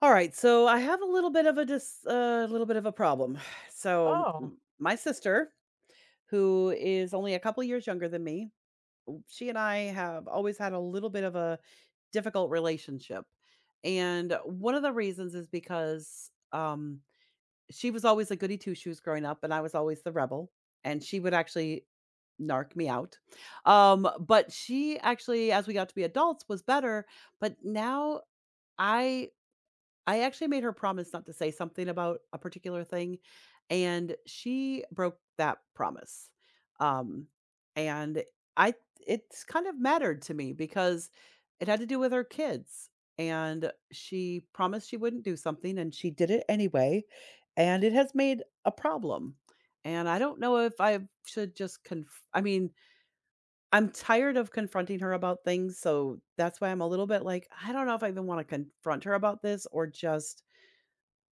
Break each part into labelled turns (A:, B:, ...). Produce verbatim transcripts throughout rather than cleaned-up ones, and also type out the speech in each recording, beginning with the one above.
A: All right, so I have a little bit of a dis a little bit of a problem. So
B: Oh,
A: m- my sister, who is only a couple years younger than me, she and I have always had a little bit of a difficult relationship. And one of the reasons is because um she was always a goody two shoes growing up, and I was always the rebel. And she would actually narc me out. Um, but she actually, as we got to be adults, was better. But now I I actually made her promise not to say something about a particular thing, and she broke that promise. Um, and I It's kind of mattered to me because it had to do with her kids. And she promised she wouldn't do something, and she did it anyway. And it has made a problem. And I don't know if I should just conf- I mean, I'm tired of confronting her about things. So that's why I'm a little bit like, I don't know if I even want to confront her about this or just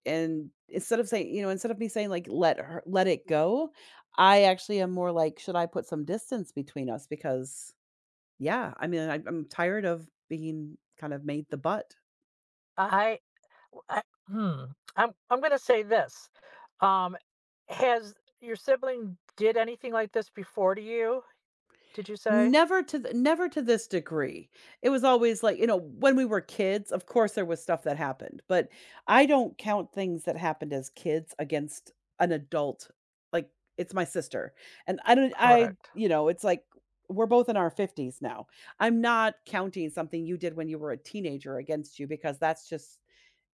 A: and instead of saying you know, instead of me saying, like, "Let her let it go." I actually am more like, "Should I put some distance between us?" Because, yeah, I mean, I'm I'm tired of being kind of made the butt.
B: I, I hmm. I'm I'm gonna say this. Um, has your sibling did anything like this before to you? Did you say?
A: Never to th never to this degree. It was always like, you know, when we were kids, of course, there was stuff that happened, but I don't count things that happened as kids against an adult. Like, it's my sister, and I don't I
B: Correct.
A: you know, it's like we're both in our fifties now. I'm not counting something you did when you were a teenager against you because that's just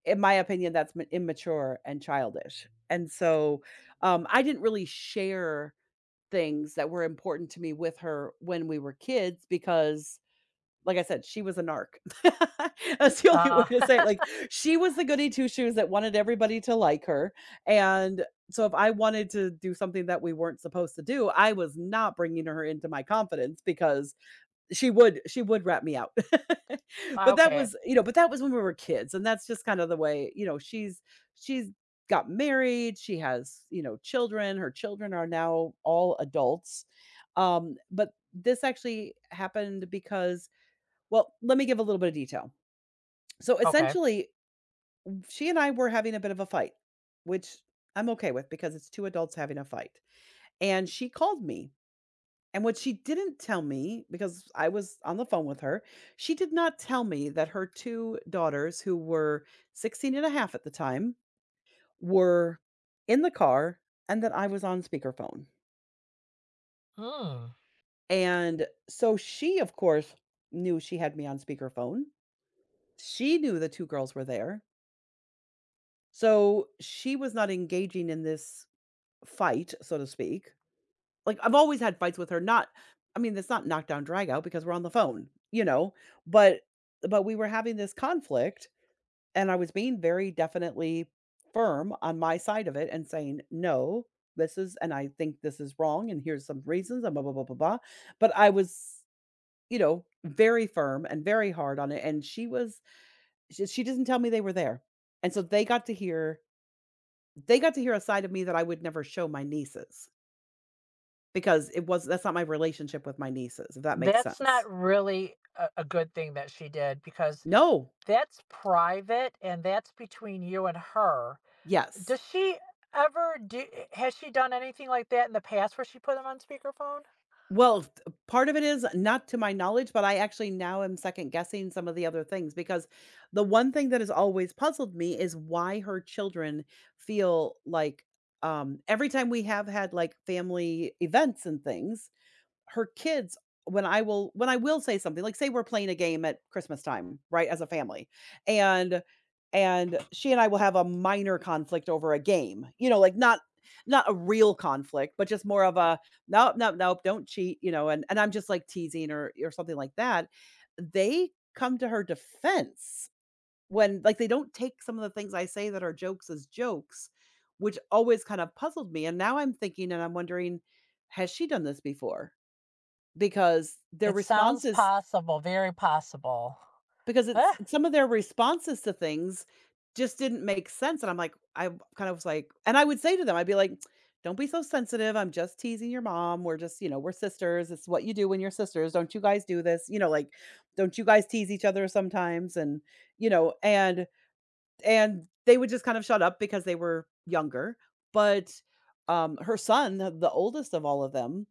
A: in my opinion, that's m immature and childish, and so, um, I didn't really share things that were important to me with her when we were kids because, like I said, she was a narc. That's the only way
B: Uh,
A: to say it. Like, she was the goody two shoes that wanted everybody to like her. And so, if I wanted to do something that we weren't supposed to do, I was not bringing her into my confidence because she would she would rat me out. But that
B: okay,
A: was you know, but that was when we were kids, and that's just kind of the way you know, She's she's got married, she has, you know, children, her children are now all adults. Um, but this actually happened because well, let me give a little bit of detail. So,
B: okay.
A: essentially, she and I were having a bit of a fight, which I'm okay with because it's two adults having a fight, and she called me, and what she didn't tell me, because I was on the phone with her, she did not tell me that her two daughters, who were sixteen and a half at the time, were in the car, and that I was on speakerphone.
B: Hmm.
A: And so she, of course, knew she had me on speakerphone. She knew the two girls were there. So she was not engaging in this fight, so to speak. Like, I've always had fights with her, not I mean, it's not knockdown drag out because we're on the phone, you know, but but we were having this conflict and I was being very definitely firm on my side of it and saying, "No, this is and I think this is wrong and here's some reasons and blah blah blah blah blah." But I was, you know, very firm and very hard on it and she was she, she didn't tell me they were there. And so they got to hear they got to hear a side of me that I would never show my nieces. Because it was that's not my relationship with my nieces, if that makes
B: That's
A: sense.
B: not really a, a good thing that she did because
A: No.
B: that's private and that's between you and her.
A: Yes.
B: Does she ever do, eh, has she done anything like that in the past where she put them on speakerphone?
A: Well, t Part of it is not to my knowledge, but I actually now am second guessing some of the other things because the one thing that has always puzzled me is why her children feel like, um every time we have had, like, family events and things, her kids when I will when I will say something, like say we're playing a game at Christmas time, right, as a family, and and she and I will have a minor conflict over a game, you know, like not not a real conflict, but just more of a nope, nope, nope, don't cheat, you know, and and I'm just like teasing or or something like that. They come to her defense when like they don't take some of the things I say that are jokes as jokes, which always kind of puzzled me. And now I'm thinking and I'm wondering, has she done this before? Because their
B: It sounds
A: responses
B: possible, very possible.
A: because it's some of their responses to things just didn't make sense, and I'm like I kind of was like and I would say to them, I'd be like, "Don't be so sensitive, I'm just teasing your mom, we're just, you know, we're sisters, it's what you do when you're sisters, don't you guys do this?" You know, like, "Don't you guys tease each other sometimes?" And, you know, and and they would just kind of shut up because they were younger, but, um, her son, the the oldest of all of them,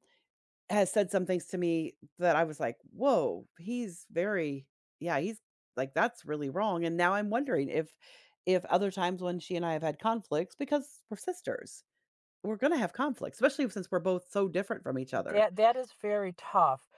A: has said some things to me that I was like, "Whoa, he's very yeah, he's like that's really wrong." And now I'm wondering if if other times when she and I have had conflicts because we're sisters, we're going to have conflicts, especially since we're both so different from each other.
B: That that is very tough.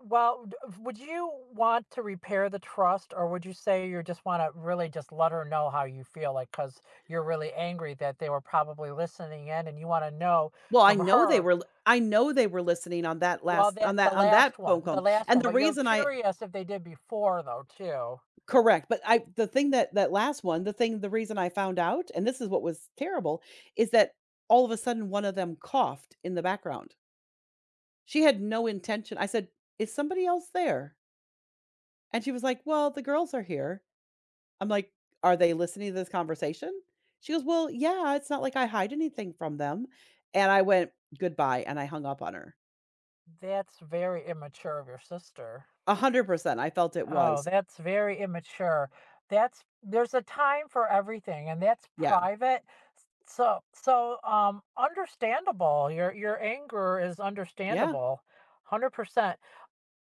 B: Well, d would you want to repair the trust, or would you say you just wanna really just let her know how you feel, like because 'cause you're really angry that they were probably listening in, and you wanna know
A: Well, I
B: from
A: know they
B: her.
A: were I know they were listening on that
B: Well,
A: last on
B: that the
A: that on
B: last
A: that phone
B: one, the
A: call.
B: last
A: And
B: one,
A: the
B: but you're
A: reason I
B: curious if they did before, though, too.
A: correct, but I the thing that that last one, the thing the reason I found out, and this is what was terrible, is that all of a sudden one of them coughed in the background. She had no intention. I said, "Is somebody else there?" And she was like, "Well, the girls are here." I'm like, "Are they listening to this conversation?" She goes, "Well, yeah, it's not like I hide anything from them." And I went, "Goodbye," and I hung up on her.
B: That's very immature of your sister.
A: one hundred percent, I felt it
B: Oh,
A: was.
B: that's very immature. That's there's a time for everything, and that's
A: Yeah.
B: private. So so, um, understandable. Your your anger is
A: Yeah.
B: understandable, one hundred percent.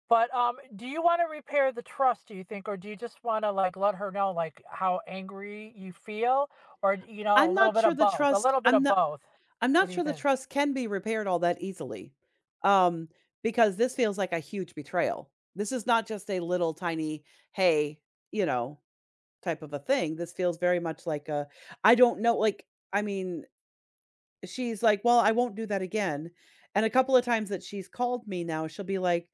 B: But, um, do you wanna repair the trust, do you think? Or do you just wanna, like, let her know, like, how angry you feel? Or, you know, a
A: I'm
B: little
A: not
B: bit
A: sure
B: of
A: the
B: both, a
A: trust
B: little bit
A: I'm
B: of
A: not
B: both.
A: I'm
B: What
A: not
B: do you
A: sure the
B: think?
A: trust can be repaired all that easily, um, because this feels like a huge betrayal. This is not just a little tiny, "Hey," you know, type of a thing. This feels very much like a I don't know, like, I mean, she's like, "Well, I won't do that again." And a couple of times that she's called me now, she'll be like,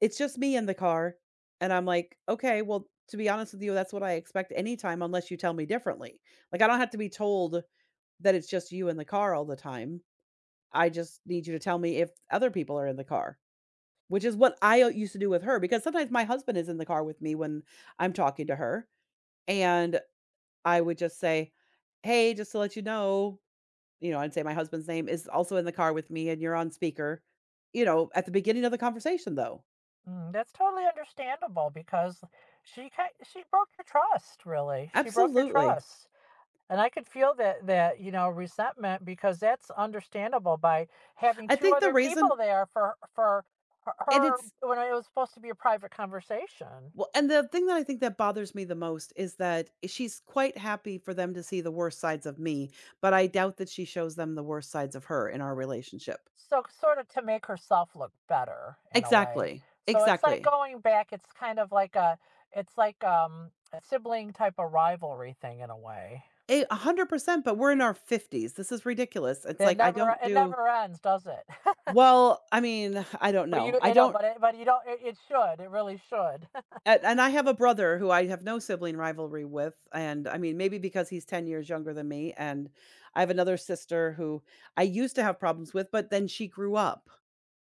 A: "It's just me in the car." And I'm like, "Okay, well, to be honest with you, that's what I expect anytime unless you tell me differently. Like, I don't have to be told that it's just you in the car all the time. I just need you to tell me if other people are in the car." Which is what I uh, used to do with her because sometimes my husband is in the car with me when I'm talking to her. And I would just say, "Hey, just to let you know," you know, I'd say my husband's name is also in the car with me and you're on speaker, you know, at the beginning of the conversation though.
B: Mm, that's totally understandable because she ki she broke your trust, really. She broke your
A: Absolutely.
B: trust. And I could feel that that, you know, resentment because that's understandable by having
A: I
B: two
A: think the
B: other
A: reason
B: people there for for h
A: and
B: her
A: it's
B: when it was supposed to be a private conversation.
A: Well, and the thing that I think that bothers me the most is that she's quite happy for them to see the worst sides of me, but I doubt that she shows them the worst sides of her in our relationship.
B: So, sort of to make herself look better in a way.
A: Exactly.
B: So it's like
A: Exactly.
B: going back, it's kind of like a it's like, um, a sibling type of rivalry thing in a way.
A: A one hundred percent, but we're in our fifties. This is ridiculous. It's
B: It
A: like I
B: never
A: don't
B: it
A: do
B: never ends, does it?
A: Well, I mean, I don't
B: But you
A: know. I
B: you know,
A: don't
B: but it but you don't it it should, it really should.
A: and and I have a brother who I have no sibling rivalry with, and, I mean, maybe because he's ten years younger than me, and I have another sister who I used to have problems with, but then she grew up,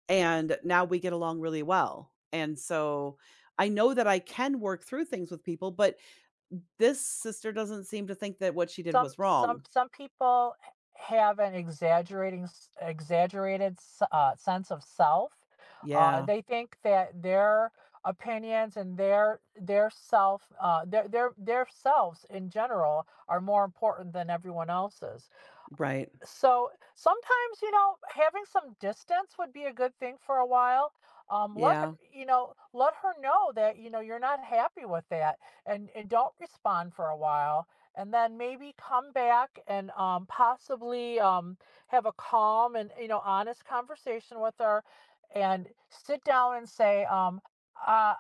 A: and now we get along really well, and so, I know that I can work through things with people, but this sister doesn't seem to think that what she did
B: Some
A: was
B: some
A: wrong.
B: some people have an exaggerating s exaggerated s uh, sense of self. Uh,
A: Yeah,
B: they think that their opinions and their their self, uh, their their their selves in general are more important than everyone else's.
A: right.
B: So, sometimes, you know, having some distance would be a good thing for a while. Um, let her,
A: Yeah,
B: you know, let her know that, you know, you're not happy with that and, and don't respond for a while. And then maybe come back and um, possibly um, have a calm and, you know, honest conversation with her and sit down and say, um, uh,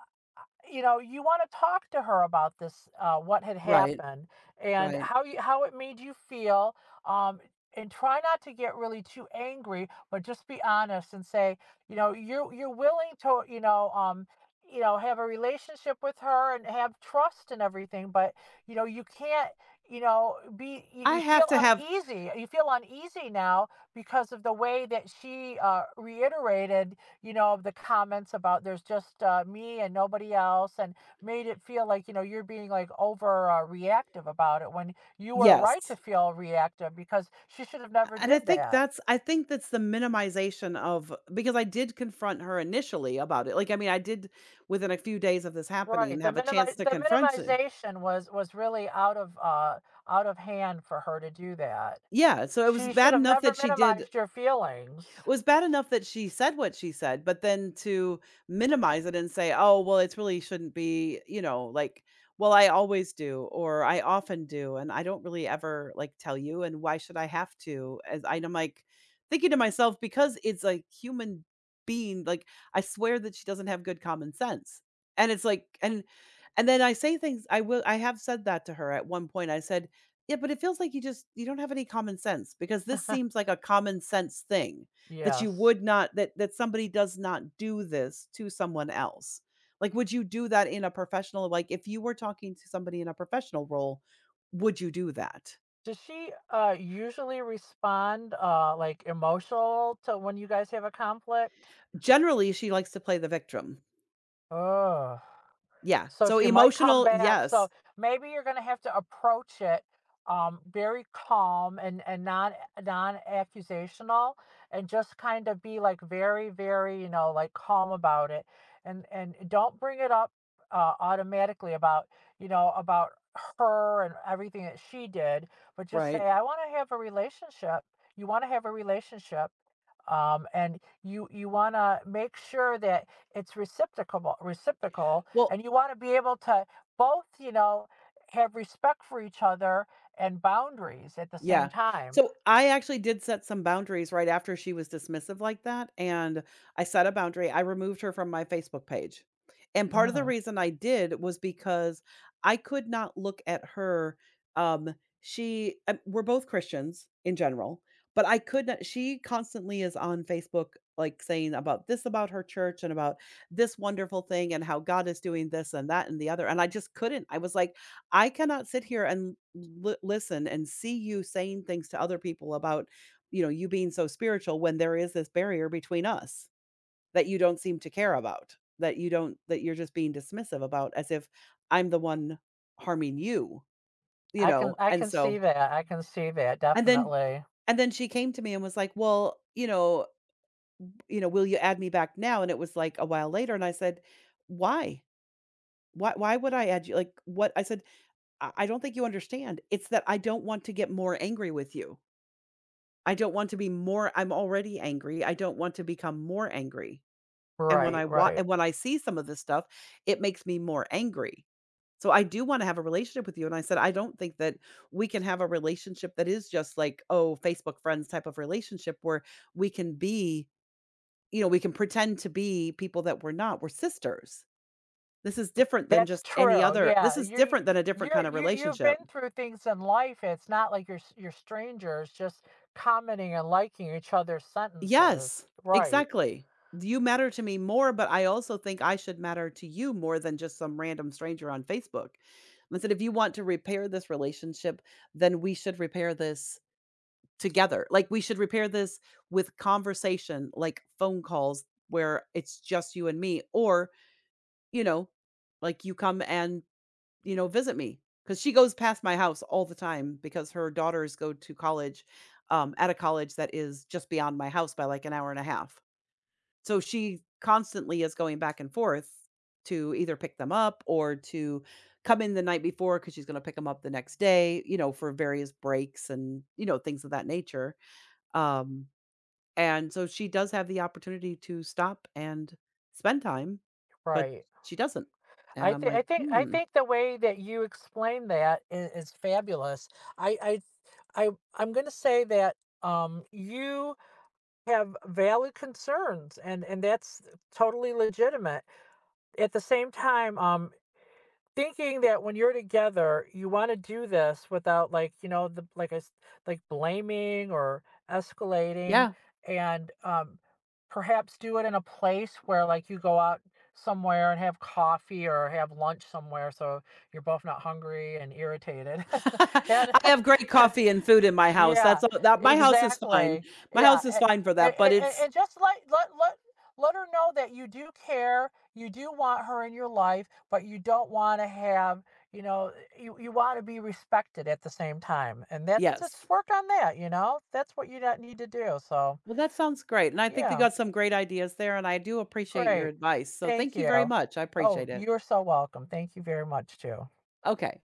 B: you know, you want to talk to her about this, uh, what had
A: right,
B: happened and
A: right.
B: how you how it made you feel. Um, and try not to get really too angry, but just be honest and say, you know, you're you're willing to, you know, um, you know, have a relationship with her and have trust and everything, but you know, you can't, you know, be you,
A: I
B: you feel
A: have to have
B: uneasy. You feel uneasy now because of the way that she uh, reiterated you know, of the comments about there's just uh, me and nobody else, and made it feel like, you know, you're being like over uh, reactive about it when you were right to
A: Yes.
B: feel reactive because she should have never
A: And
B: did
A: I think
B: that.
A: that's I think that's the minimization of because I did confront her initially about it. Like, I mean, I did within a few days of this
B: Right.
A: happening
B: The
A: have a chance
B: minimi-
A: to
B: the
A: confront her.
B: minimization was was really out of uh out of hand for her to do that.
A: Yeah, so it was
B: She should
A: bad
B: have
A: enough
B: never
A: that she did
B: minimized your feelings.
A: was bad enough that she said what she said, but then to minimize it and say, "Oh, well, it's really shouldn't be," you know, like, "Well, I always do," or "I often do," and "I don't really ever like tell you," and "Why should I have to?" As I- I'm like thinking to myself, because it's a human being, like I swear that she doesn't have good common sense. And it's like, and and then I say things. I will. I have said that to her at one point. I said, "Yeah, but it feels like you just you don't have any common sense because this seems like a common sense thing." That you
B: Yes.
A: would not that that somebody does not do this to someone else. Like, would you do that in a professional like, if you were talking to somebody in a professional role, would you do that?
B: Does she uh usually respond uh like emotional to when you guys have a conflict?
A: Generally, she likes to play the victim.
B: Oh.
A: Yeah.
B: So
A: So
B: she might come
A: emotional
B: back. So
A: yes,
B: maybe you're going to have to approach it um, very calm and, and non non accusational, and just kind of be like very very you know like calm about it, and and don't bring it up uh, automatically about you know about her and everything that she did, but just say
A: right.
B: I want to have a relationship. You want to have a relationship. Um, and you you want to make sure that it's reciprocal reciprocal and
A: Well,
B: you want to be able to both you know have respect for each other and boundaries at the same
A: yeah.
B: time.
A: So I actually did set some boundaries right after she was dismissive like that. And I set a boundary. I removed her from my Facebook page. And part of the
B: mm,
A: reason I did was because I could not look at her. Um, she, uh, we're both Christians in general, but I could not, she constantly is on Facebook, like saying about this about her church and about this wonderful thing and how God is doing this and that and the other. And I just couldn't. I was like, I cannot sit here and l listen and see you saying things to other people about, you know, you being so spiritual when there is this barrier between us that you don't seem to care about, that you don't that you're just being dismissive about as if I'm the one harming you, you
B: I can
A: know?
B: i
A: And
B: can see
A: so
B: that I can see that
A: and then
B: definitely.
A: and then she came to me and was like, "Well, you know you know, will you add me back now?" And it was, like, a while later, and I said, "Why? Why why would I add you?" Like, "What?" I said, I I don't think you understand. It's that I don't want to get more angry with you. I don't want to be more. I'm already angry. I don't want to become more angry. And when
B: right
A: I wa
B: right.
A: and when I see some of this stuff, it makes me more angry. So I do want to have a relationship with you. And I said, I don't think that we can have a relationship that is just like, oh, Facebook friends type of relationship where we can be, you know, we can pretend to be people that we're not. We're sisters. This is different than
B: That's
A: just any
B: true,
A: other.
B: yeah.
A: This is
B: you
A: different than a different
B: you're
A: kind of
B: you, you've been
A: relationship.
B: through things in life, it's not like you're s- you're strangers just commenting and liking each other's sentences,
A: Yes,
B: right.
A: exactly. You matter to me more, but I also think I should matter to you more than just some random stranger on Facebook. I said, if you want to repair this relationship, then we should repair this together. Like, we should repair this with conversation, like phone calls where it's just you and me, or, you know, like you come and, you know, visit me. Cause she goes past my house all the time because her daughters go to college um, at a college that is just beyond my house by like an hour and a half. So she constantly is going back and forth to either pick them up or to come in the night before because she's going to pick them up the next day, you know, for various breaks and, you know, things of that nature. Um, and so she does have the opportunity to stop and spend time, but
B: right
A: she doesn't.
B: I
A: And I'm
B: think i
A: like,
B: think i
A: hmm,
B: think the way that you explain that is, is fabulous. I, I I I'm going to say that um, you have valid concerns, and and that's totally legitimate. At the same time, um, thinking that when you're together, you want to do this without like you know the like I s- like blaming or escalating,
A: yeah.
B: and um, perhaps do it in a place where like you go out somewhere and have coffee or have lunch somewhere so you're both not hungry and irritated. and
A: I have great coffee and food in my house.
B: Yeah,
A: That's all that my house is fine.
B: exactly.
A: My
B: Yeah,
A: house is
B: and
A: fine for
B: and
A: that, but
B: and,
A: it's
B: and just let let let let her know that you do care, you do want her in your life, but you don't want to have, you know, you you want to be respected at the same time. And that's just
A: yes.
B: work on that, you know? That's what you not need to do. So,
A: Well, that sounds great, and I think they
B: yeah,
A: got some great ideas there, and I do appreciate your
B: great.
A: advice. So
B: Thank
A: thank you very
B: you.
A: much. I
B: Oh,
A: appreciate it.
B: you're so welcome. Thank you very much too.
A: Okay.